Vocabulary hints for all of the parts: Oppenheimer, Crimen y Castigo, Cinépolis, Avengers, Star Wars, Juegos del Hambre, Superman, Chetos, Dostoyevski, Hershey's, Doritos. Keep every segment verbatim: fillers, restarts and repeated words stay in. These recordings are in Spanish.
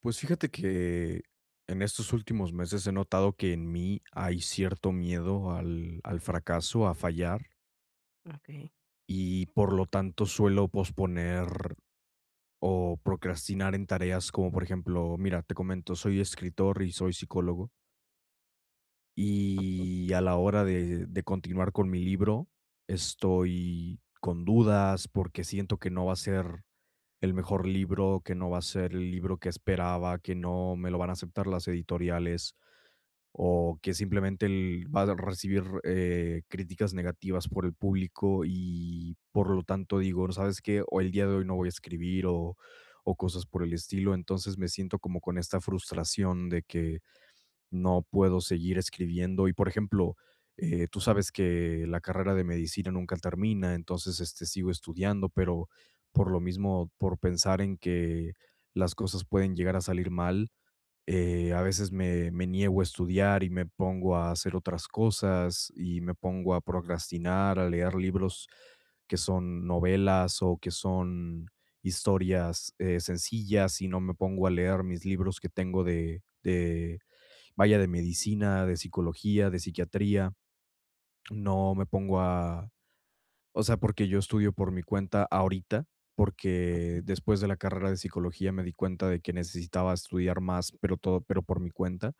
Pues fíjate que en estos últimos meses he notado que en mí hay cierto miedo al, al fracaso, a fallar, Okey, y por lo tanto suelo posponer o procrastinar en tareas como por ejemplo, mira, te comento: soy escritor y soy psicólogo, y a la hora de, de continuar con mi libro estoy con dudas porque siento que no va a ser el mejor libro, que no va a ser el libro que esperaba, que no me lo van a aceptar las editoriales, o que simplemente el- va a recibir eh, críticas negativas por el público y por lo tanto digo, no sabes qué, o el día de hoy no voy a escribir o, o cosas por el estilo. Entonces me siento como con esta frustración de que no puedo seguir escribiendo. Y por ejemplo, eh, tú sabes que la carrera de medicina nunca termina, entonces este, sigo estudiando, pero por lo mismo, por pensar en que las cosas pueden llegar a salir mal, eh, a veces me, me niego a estudiar y me pongo a hacer otras cosas y me pongo a procrastinar, a leer libros que son novelas o que son historias eh, sencillas, y no me pongo a leer mis libros que tengo de, de, vaya, de medicina, de psicología, de psiquiatría. No me pongo a, o sea, porque yo estudio por mi cuenta ahorita, okey. porque después de la carrera de psicología me di cuenta de que necesitaba estudiar más, pero todo, pero por mi cuenta.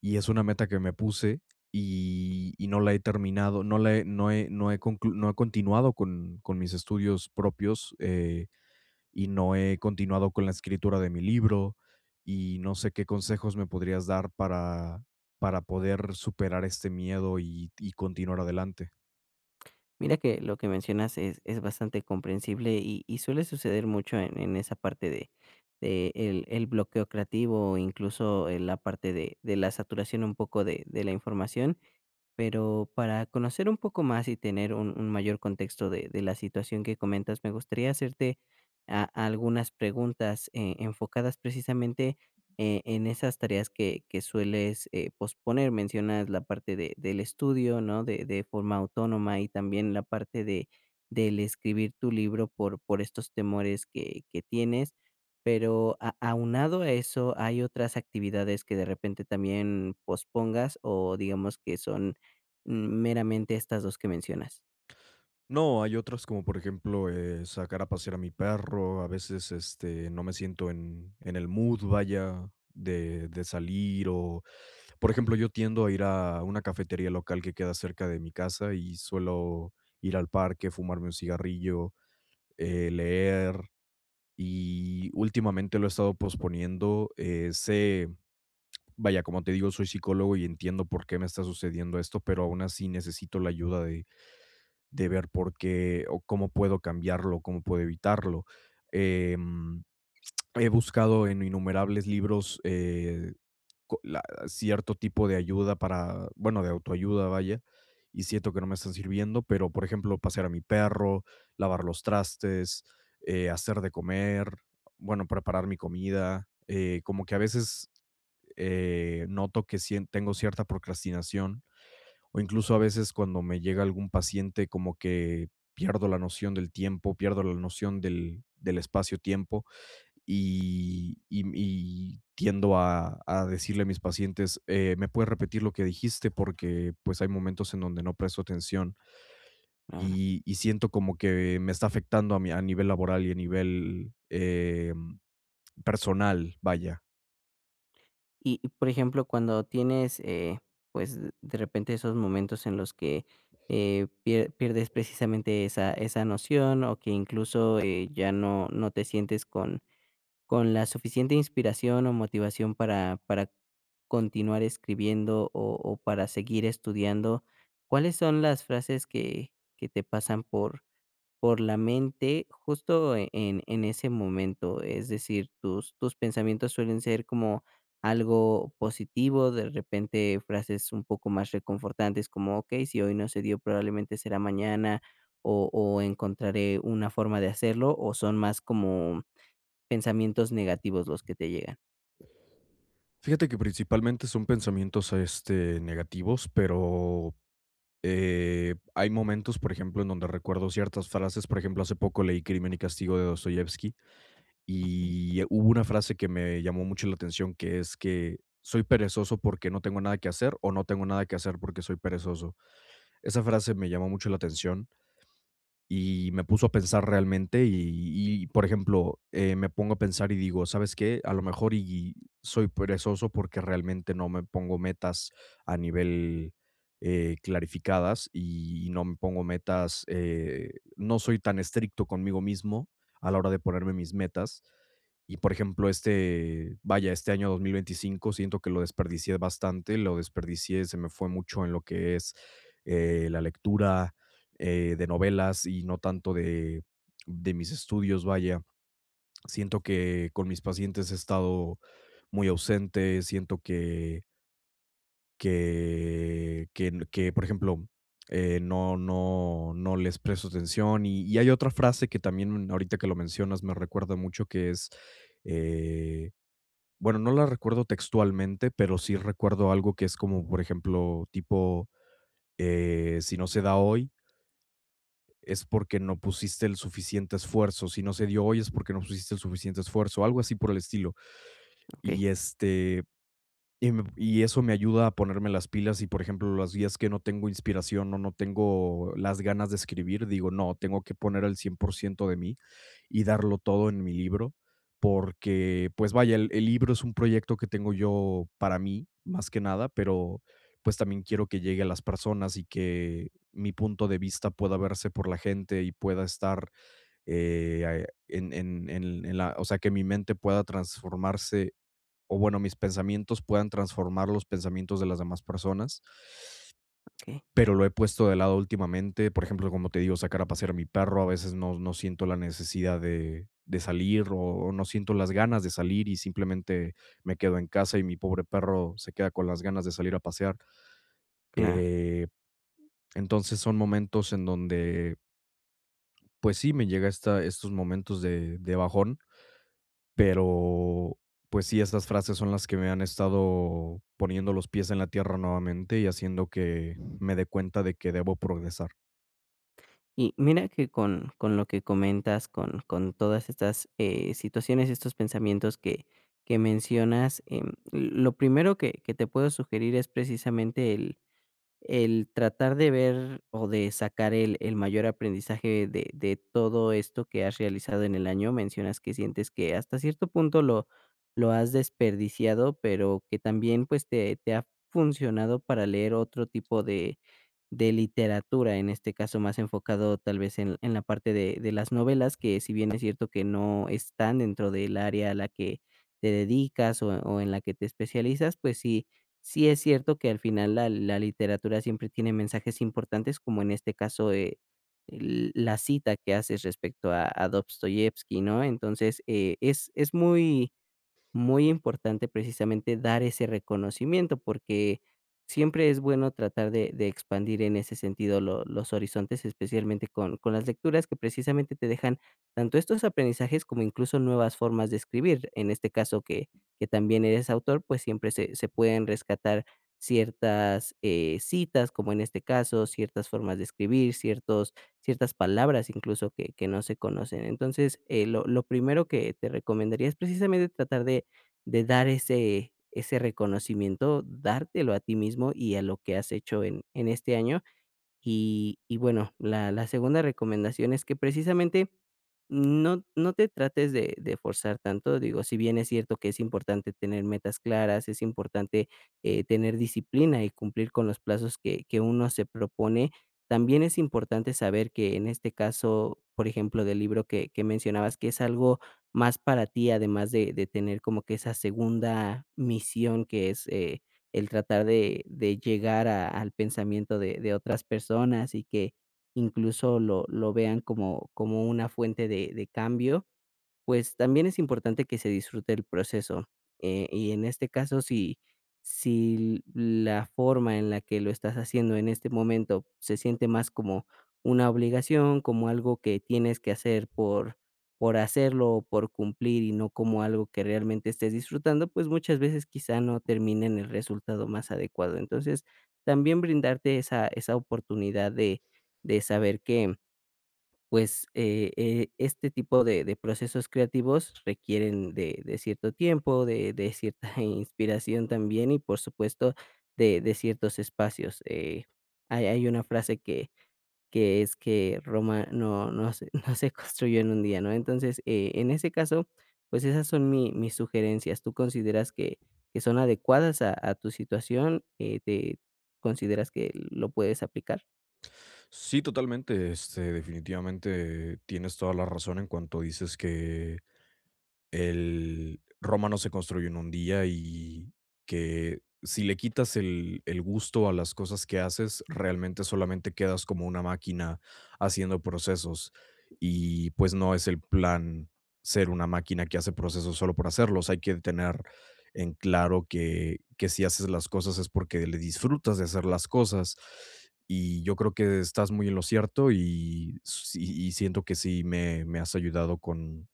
Y es una meta que me puse y, y no la he terminado. No, la he, no, he, no, he conclu- No he continuado con, con mis estudios propios, eh, y no he continuado con la escritura de mi libro, y no sé qué consejos me podrías dar para, para poder superar este miedo y, y continuar adelante. Mira que lo que mencionas es es bastante comprensible y y suele suceder mucho en en esa parte de de el el bloqueo creativo, o incluso en la parte de de la saturación un poco de de la información. Pero para conocer un poco más y tener un, un mayor contexto de, de la situación que comentas, me gustaría hacerte a- algunas preguntas eh, enfocadas precisamente eh, en esas tareas que, que sueles eh, posponer. Mencionas la parte de, del estudio, ¿no? De, de forma autónoma y también la parte de, del escribir tu libro por, por estos temores que, que tienes. Pero a- aunado a eso, hay otras actividades que de repente también pospongas o digamos que son Mm, meramente estas dos que mencionas. No, hay otras, como por ejemplo, eh, sacar a pasear a mi perro. A veces, este, no me siento en en el mood, vaya, de de salir o, por ejemplo, yo tiendo a ir a una cafetería local que queda cerca de mi casa y suelo ir al parque, fumarme un cigarrillo, eh, leer, y últimamente lo he estado posponiendo. Eh, sé, vaya, como te digo, soy psicólogo y entiendo por qué me está sucediendo esto, pero aún así necesito la ayuda de, de ver por qué o cómo puedo cambiarlo, cómo puedo evitarlo. Em, he buscado en innumerables libros eh, co la cierto tipo de ayuda para, bueno, de autoayuda, vaya, y siento que no me están sirviendo. Pero, por ejemplo, pasear a mi perro, lavar los trastes, eh, hacer de comer, bueno, preparar mi comida, eh, como que a veces, eh, noto que sien tengo cierta procrastinación, o incluso a veces cuando me llega algún paciente, como que pierdo la noción del tiempo, pierdo la noción del del espacio-tiempo y, y- y tiendo a, a decirle a mis pacientes, eh, ¿me puedes repetir lo que dijiste? Porque pues hay momentos en donde no presto atención, Claro. y, y siento como que me está afectando a, mi, a nivel laboral y a nivel eh, personal, vaya. Y y, por ejemplo, cuando tienes, eh, pues, de de repente esos momentos en los que, eh, pier pierdes precisamente esa esa noción, o que incluso, eh, ya no no te sientes con con la suficiente inspiración o motivación para para continuar escribiendo, o o para seguir estudiando. ¿Cuáles son las frases que que te pasan por por la mente justo e- en en ese momento? Es decir, tus tus pensamientos suelen ser como algo positivo, de repente frases un poco más reconfortantes como: "Okey, si hoy no se dio, probablemente será mañana, o o encontraré una forma de hacerlo", o son más como pensamientos negativos los que te llegan. Fíjate que principalmente son pensamientos este, negativos, pero Eh, hay momentos, por ejemplo, en donde recuerdo ciertas frases. Por ejemplo, hace poco leí Crimen y Castigo de Dostoyevski Okey, y hubo una frase que me llamó mucho la atención, que es que soy perezoso porque no tengo nada que hacer, o no tengo nada que hacer porque soy perezoso. Esa frase me llamó mucho la atención y me puso a pensar realmente y, y, por ejemplo, eh, me pongo a pensar y digo, ¿sabes qué? A lo mejor y soy perezoso porque realmente no me pongo metas a nivel eh, clarificadas, y, y no me pongo metas, eh, no soy tan estricto conmigo mismo a la hora de ponerme mis metas. Y por ejemplo, este, vaya, este año dos mil veinticinco siento que lo desperdicié bastante, lo desperdicié, se me fue mucho en lo que es eh, la lectura, eh, de novelas y no tanto de, de mis estudios, vaya. Siento que con mis pacientes he estado muy ausente, siento que, que, que, n- que, por ejemplo, eh, no, no, no les presto atención. Y, y hay otra frase que también ahorita que lo mencionas me recuerda mucho, que es, eh, bueno, no la recuerdo textualmente, pero sí recuerdo algo que es como, por ejemplo, tipo, eh, si no se da hoy, es porque no pusiste el suficiente esfuerzo. Si no se dio hoy es porque no pusiste el suficiente esfuerzo, algo así por el estilo. okey, Y este, y, me- y eso me ayuda a ponerme las pilas y, por ejemplo, los días que no tengo inspiración o no tengo las ganas de escribir, digo, no, tengo que poner el cien por ciento de mí y darlo todo en mi libro, porque, pues vaya, el, el libro es un proyecto que tengo yo para mí, más que nada, pero pues también quiero que llegue a las personas y que mi punto de vista pueda verse por la gente y pueda estar eh, en, en en- en la, o sea, que mi mente pueda transformarse, o bueno, mis pensamientos puedan transformar los pensamientos de las demás personas, okey, pero lo he puesto de lado últimamente. Por ejemplo, como te digo, sacar a pasear a mi perro, a veces no, no siento la necesidad de, de salir, o no siento las ganas de salir, y simplemente me quedo en casa y mi pobre perro se queda con las ganas de salir a pasear. claro. Eh, entonces son momentos en donde, pues sí, me llega esta, estos momentos de, de bajón. Pero, pues sí, estas frases son las que me han estado poniendo los pies en la tierra nuevamente y haciendo que me dé cuenta de que debo progresar. Y mira que con, con lo que comentas, con, con todas estas eh, situaciones, estos pensamientos que, que mencionas, em, lo primero que, que te puedo sugerir es precisamente el, el tratar de ver o de sacar el el mayor aprendizaje de de todo esto que has realizado en el año. Mencionas que sientes que hasta cierto punto lo lo has desperdiciado, pero que también, pues, te te ha funcionado para leer otro tipo de de literatura, en este caso, más enfocado tal vez en en la parte de de las novelas, que si bien es cierto que no están dentro del área a la que te dedicas o o en la que te especializas, pues sí, sí es cierto que al final la la literatura siempre tiene mensajes importantes, como en este caso, eh, l la cita que haces respecto a a Dostoyevski, ¿no? Entonces, eh, es es muy muy importante precisamente dar ese reconocimiento, porque siempre es bueno tratar de, de expandir en ese sentido lo- los horizontes, especialmente con, con las lecturas que precisamente te dejan tanto estos aprendizajes como incluso nuevas formas de escribir. En este caso que, que también eres autor, pues siempre se, se pueden rescatar ciertas eh, citas, como en este caso, ciertas formas de escribir, ciertos, ciertas palabras incluso que, que no se conocen. Entonces, eh, lo, lo primero que te recomendaría es precisamente tratar de de dar ese ese reconocimiento, dártelo a ti mismo y a lo que has hecho en en este año. Y y bueno, la la segunda recomendación es que precisamente no no te trates de de forzar tanto, digo, si bien es cierto que es importante tener metas claras, es importante, eh, tener disciplina y cumplir con los plazos que que uno se propone, también es importante saber que en este caso, por ejemplo, del libro que que mencionabas, que es algo más para ti, además de de tener como que esa segunda misión que es, eh, el tratar de de llegar a al pensamiento de de otras personas y que incluso lo lo vean como como una fuente de de cambio, pues también es importante que se disfrute el proceso. Eh, y en este caso, si, si la forma en la que lo estás haciendo en este momento se siente más como una obligación, como algo que tienes que hacer por, por hacerlo o por cumplir y no como algo que realmente estés disfrutando, pues muchas veces quizá no termina en el resultado más adecuado. Entonces, también brindarte esa, esa oportunidad de, de saber que pues, eh eh, este tipo de de procesos creativos requieren de de cierto tiempo, de de cierta inspiración también y, por supuesto, de de ciertos espacios. Eh, hay hay una frase que que es que Roma no no se no se construyó en un día, ¿no? Entonces, eh, en ese caso, pues, esas son mi mis sugerencias. ¿Tú consideras que que son adecuadas a a tu situación? Eh, ¿te consideras que lo puedes aplicar? Sí, totalmente, este, definitivamente tienes toda la razón en cuanto dices que el Roma no se construyó en un día, y que si le quitas el, el gusto a las cosas que haces, realmente solamente quedas como una máquina haciendo procesos, y pues no es el plan ser una máquina que hace procesos solo por hacerlos. Hay que tener en claro que, que si haces las cosas es porque le disfrutas de hacer las cosas, y yo creo que estás muy en lo cierto y, s- y- y siento que sí me, me has ayudado con,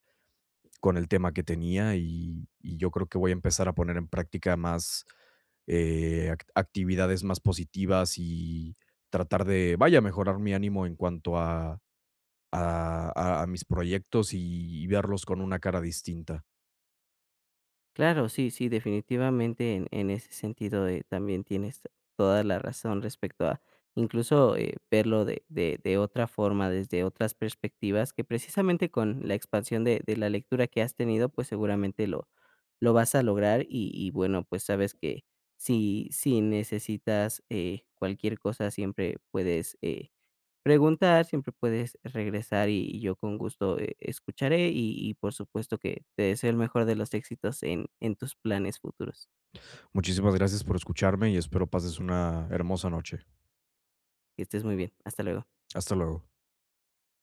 con el tema que tenía, y y yo creo que voy a empezar a poner en práctica más, eh, ac actividades más positivas, y tratar de, vaya, mejorar mi ánimo en cuanto a a a a mis proyectos y y verlos con una cara distinta. Claro, sí, sí, definitivamente en, en ese sentido eh, también tienes toda la razón respecto a incluso eh, verlo de, de, de otra forma, desde otras perspectivas, que precisamente con la expansión de, de la lectura que has tenido, pues seguramente lo, lo vas a lograr y, y bueno, pues sabes que si, si necesitas eh, cualquier cosa, siempre puedes... eh, preguntar, siempre puedes regresar y y yo con gusto, eh, escucharé y y por supuesto que te deseo el mejor de los éxitos en en tus planes futuros. Muchísimas gracias por escucharme y espero pases una hermosa noche. Que estés muy bien. Hasta luego. Hasta luego.